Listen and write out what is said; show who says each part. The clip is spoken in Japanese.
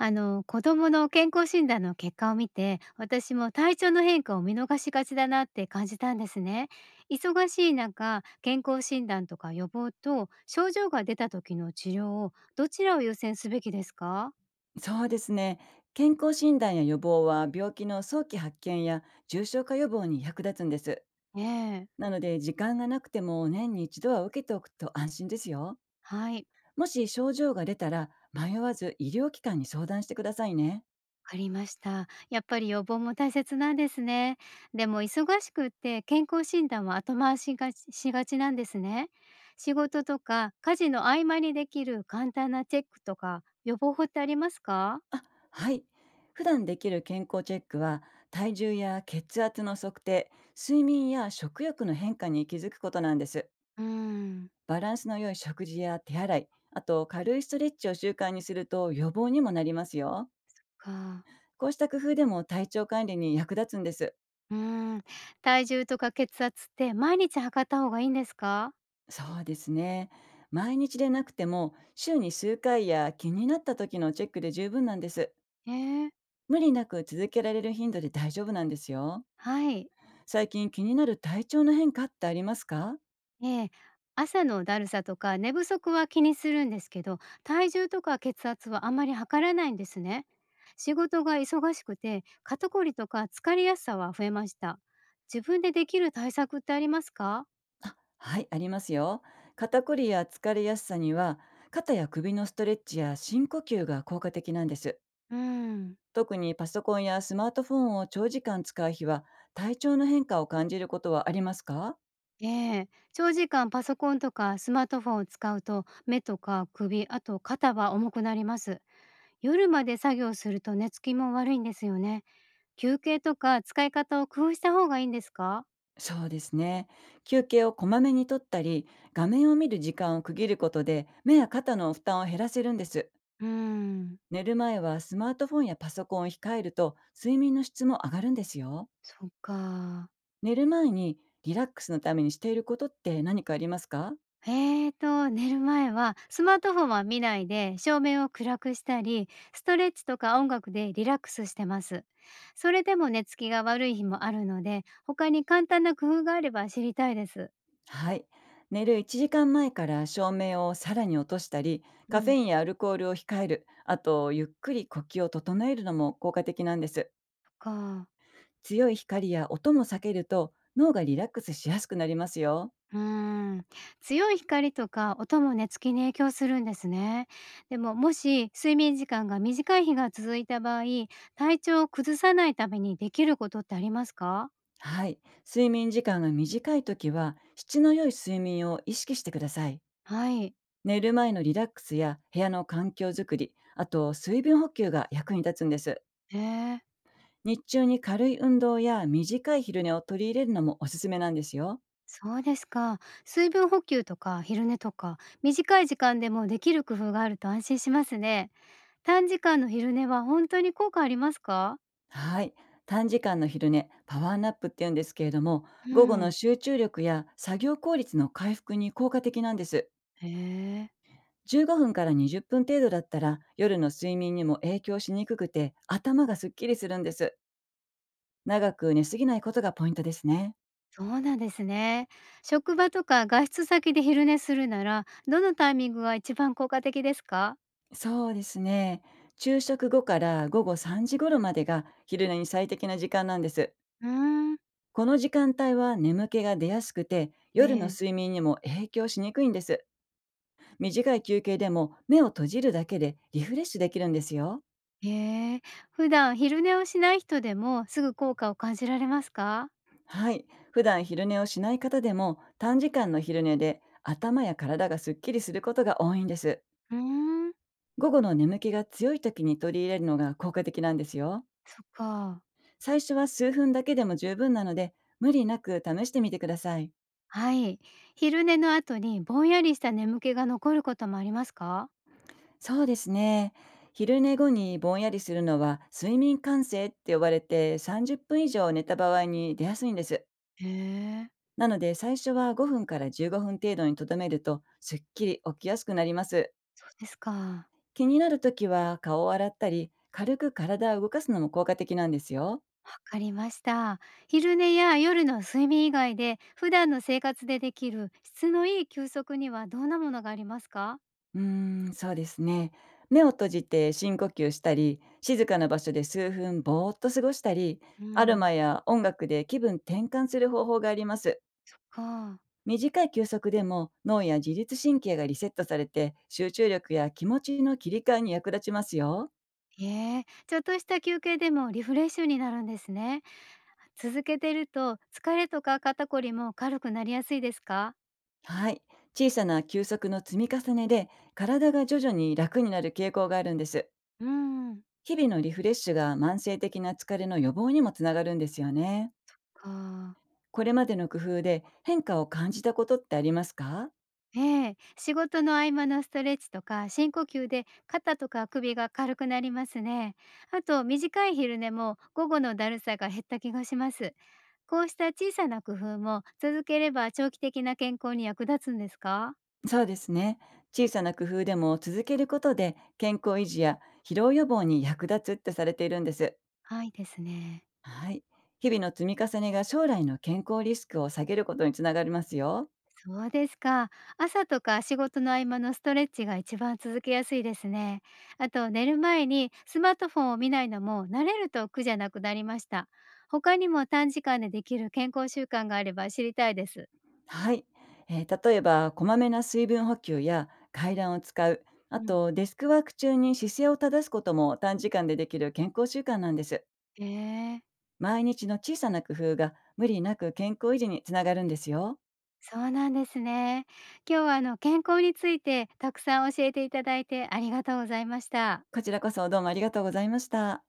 Speaker 1: 子供の健康診断の結果を見て、私も体調の変化を見逃しがちだなって感じたんですね。忙しい中、健康診断とか予防と症状が出た時の治療を、どちらを優先すべきですか？
Speaker 2: そうですね。健康診断や予防は病気の早期発見や重症化予防に役立つんです。
Speaker 1: ええ、
Speaker 2: なので時間がなくても年に一度は受けておくと安心ですよ。
Speaker 1: はい、
Speaker 2: もし症状が出たら迷わず医療機関に相談してくださいね。
Speaker 1: わかりました。やっぱり予防も大切なんですね。でも忙しくって、健康診断は後回しがちなんですね。仕事とか家事の合間にできる簡単なチェックとか予防法ってありますか？
Speaker 2: あ、はい。普段できる健康チェックは、体重や血圧の測定、睡眠や食欲の変化に気づくことなんです。
Speaker 1: うーん、
Speaker 2: バランスの良い食事や手洗い、あと軽いストレッチを習慣にすると予防にもなりますよ。
Speaker 1: か。
Speaker 2: こうした工夫でも体調管理に役立つんです。
Speaker 1: うーん。体重とか血圧って毎日測った方がいいんですか？
Speaker 2: そうですね。毎日でなくても週に数回や気になった時のチェックで十分なんです。
Speaker 1: ええ、
Speaker 2: 無理なく続けられる頻度で大丈夫なんですよ。
Speaker 1: はい。
Speaker 2: 最近気になる体調の変化ってありますか？
Speaker 1: ええ。朝のだるさとか寝不足は気にするんですけど、体重とか血圧はあまり測らないんですね。仕事が忙しくて、肩こりとか疲れやすさは増えました。自分でできる対策ってありますか？
Speaker 2: はい、ありますよ。肩こりや疲れやすさには、肩や首のストレッチや深呼吸が効果的なんです。
Speaker 1: うーん。
Speaker 2: 特にパソコンやスマートフォンを長時間使う日は、体調の変化を感じることはありますか？
Speaker 1: ええ。長時間パソコンとかスマートフォンを使うと、目とか首、あと肩は重くなります。夜まで作業すると寝つきも悪いんですよね。休憩とか使い方を工夫した方がいいんですか？
Speaker 2: そうですね。休憩をこまめにとったり、画面を見る時間を区切ることで、目や肩の負担を減らせるんです。
Speaker 1: うーん、
Speaker 2: 寝る前はスマートフォンやパソコンを控えると、睡眠の質も上がるんですよ。
Speaker 1: そっか。
Speaker 2: 寝る前にリラックスのためにしていることって何かありますか？
Speaker 1: 寝る前はスマートフォンは見ないで、照明を暗くしたり、ストレッチとか音楽でリラックスしてます。それでも寝つきが悪い日もあるので、他に簡単な工夫があれば知りたいです。
Speaker 2: はい。寝る1時間前から照明をさらに落としたり、
Speaker 1: う
Speaker 2: カフ
Speaker 1: ん、
Speaker 2: ェ
Speaker 1: そ
Speaker 2: インやアルコールを控える、あとゆっくり呼吸を整えるのも効果的なんです。
Speaker 1: っか。
Speaker 2: 強い光や音も避けると、脳がリラックスしやすくなりますよ。
Speaker 1: うーん、強い光とか音も寝つきに影響するんですね。でも、もし睡眠時間が短い日が続いた場合、体調を崩さないためにできることってありますか？
Speaker 2: はい。睡眠時間が短いときは、質の良い睡眠を意識してください。
Speaker 1: はい。
Speaker 2: 寝る前のリラックスや部屋の環境づくり、あと水分補給が役に立つんです。
Speaker 1: えー、
Speaker 2: 日中に軽い運動や短い昼寝を取り入れるのもおすすめなんですよ。
Speaker 1: そうですか。水分補給とか昼寝とか、短い時間でもできる工夫があると安心しますね。短時間の昼寝は本当に効果ありますか？
Speaker 2: はい。短時間の昼寝、パワーナップって言うんですけれども、
Speaker 1: う
Speaker 2: 午後の
Speaker 1: ん。
Speaker 2: 集中力や作業効率の回復に効果的なんです。
Speaker 1: へえー。
Speaker 2: 15分から20分程度だったら夜の睡眠にも影響しにくくて頭がすっきりするんです。長く寝すぎないことがポイントですね。
Speaker 1: そうなんですね。職場とか外出先で昼寝するなら、どのタイミングが一番効果的ですか？
Speaker 2: そうですね。昼食後から午後3時頃までが昼寝に最適な時間なんです。
Speaker 1: うーん。
Speaker 2: この時間帯は眠気が出やすくて、
Speaker 1: え
Speaker 2: 夜の
Speaker 1: え。
Speaker 2: 睡眠にも影響しにくいんです。短い休憩でも目を閉じるだけでリフレッシュできるんですよ。
Speaker 1: へえ。普段昼寝をしない人でもすぐ効果を感じられますか？
Speaker 2: はい。普段昼寝をしない方でも短時間の昼寝で頭や体がすっきりすることが多いんです。
Speaker 1: うーん。
Speaker 2: 午後の眠気が強い時に取り入れるのが効果的なんですよ。
Speaker 1: そっか。
Speaker 2: 最初は数分だけでも十分なので、無理なく試してみてください。
Speaker 1: はい。昼寝の後にぼんやりした眠気が残ることもありますか？
Speaker 2: そうですね。昼寝後にぼんやりするのは睡眠感性って呼ばれて、30分以上寝た場合に出やすいんです。
Speaker 1: へえ。
Speaker 2: なので最初は5分から15分程度にとどめるとすっきり起きやすくなります。
Speaker 1: そうですか。
Speaker 2: 気になるときは顔を洗ったり軽く体を動かすのも効果的なんですよ。
Speaker 1: わかりました。昼寝や夜の睡眠以外で、普段の生活でできる質のいい休息にはどんなものがありますか？
Speaker 2: うーそうですね。目を閉じて深呼吸したり、静かな場所で数分ぼーっと過ごしたり、
Speaker 1: う
Speaker 2: アロ
Speaker 1: ん、
Speaker 2: マや音楽で気分転換する方法があります。
Speaker 1: そっか。
Speaker 2: 短い休息でも脳や自律神経がリセットされて、集中力や気持ちの切り替えに役立ちますよ。
Speaker 1: ええ、ちょっとした休憩でもリフレッシュになるんですね。続けてると、疲れとか肩こりも軽くなりやすいですか？
Speaker 2: はい。小さな休息の積み重ねで、体が徐々に楽になる傾向があるんです。
Speaker 1: うん、
Speaker 2: 日々のリフレッシュが慢性的な疲れの予防にもつながるんですよね。
Speaker 1: か。
Speaker 2: これまでの工夫で変化を感じたことってありますか？
Speaker 1: ええ、仕事の合間のストレッチとか深呼吸で、肩とか首が軽くなりますね。あと短い昼寝も午後のだるさが減った気がします。こうした小さな工夫も続ければ長期的な健康に役立つんですか？
Speaker 2: そうですね。小さな工夫でも続けることで健康維持や疲労予防に役立つってされているんです。
Speaker 1: はいですね。
Speaker 2: はい。日々の積み重ねが将来の健康リスクを下げることにつながりますよ。
Speaker 1: そうですか。朝とか仕事の合間のストレッチが一番続けやすいですね。あと寝る前にスマートフォンを見ないのも、慣れると苦じゃなくなりました。他にも短時間でできる健康習慣があれば知りたいです。
Speaker 2: はい。例えば、こまめな水分補給や階段を使う、あ
Speaker 1: うん、
Speaker 2: とデスクワーク中に姿勢を正すことも短時間でできる健康習慣なんです。
Speaker 1: ええ、
Speaker 2: 毎日の小さな工夫が無理なく健康維持につながるんですよ。
Speaker 1: そうなんですね。今日は健康についてたくさん教えていただいて、ありがとうございました。
Speaker 2: こちらこそどうもありがとうございました。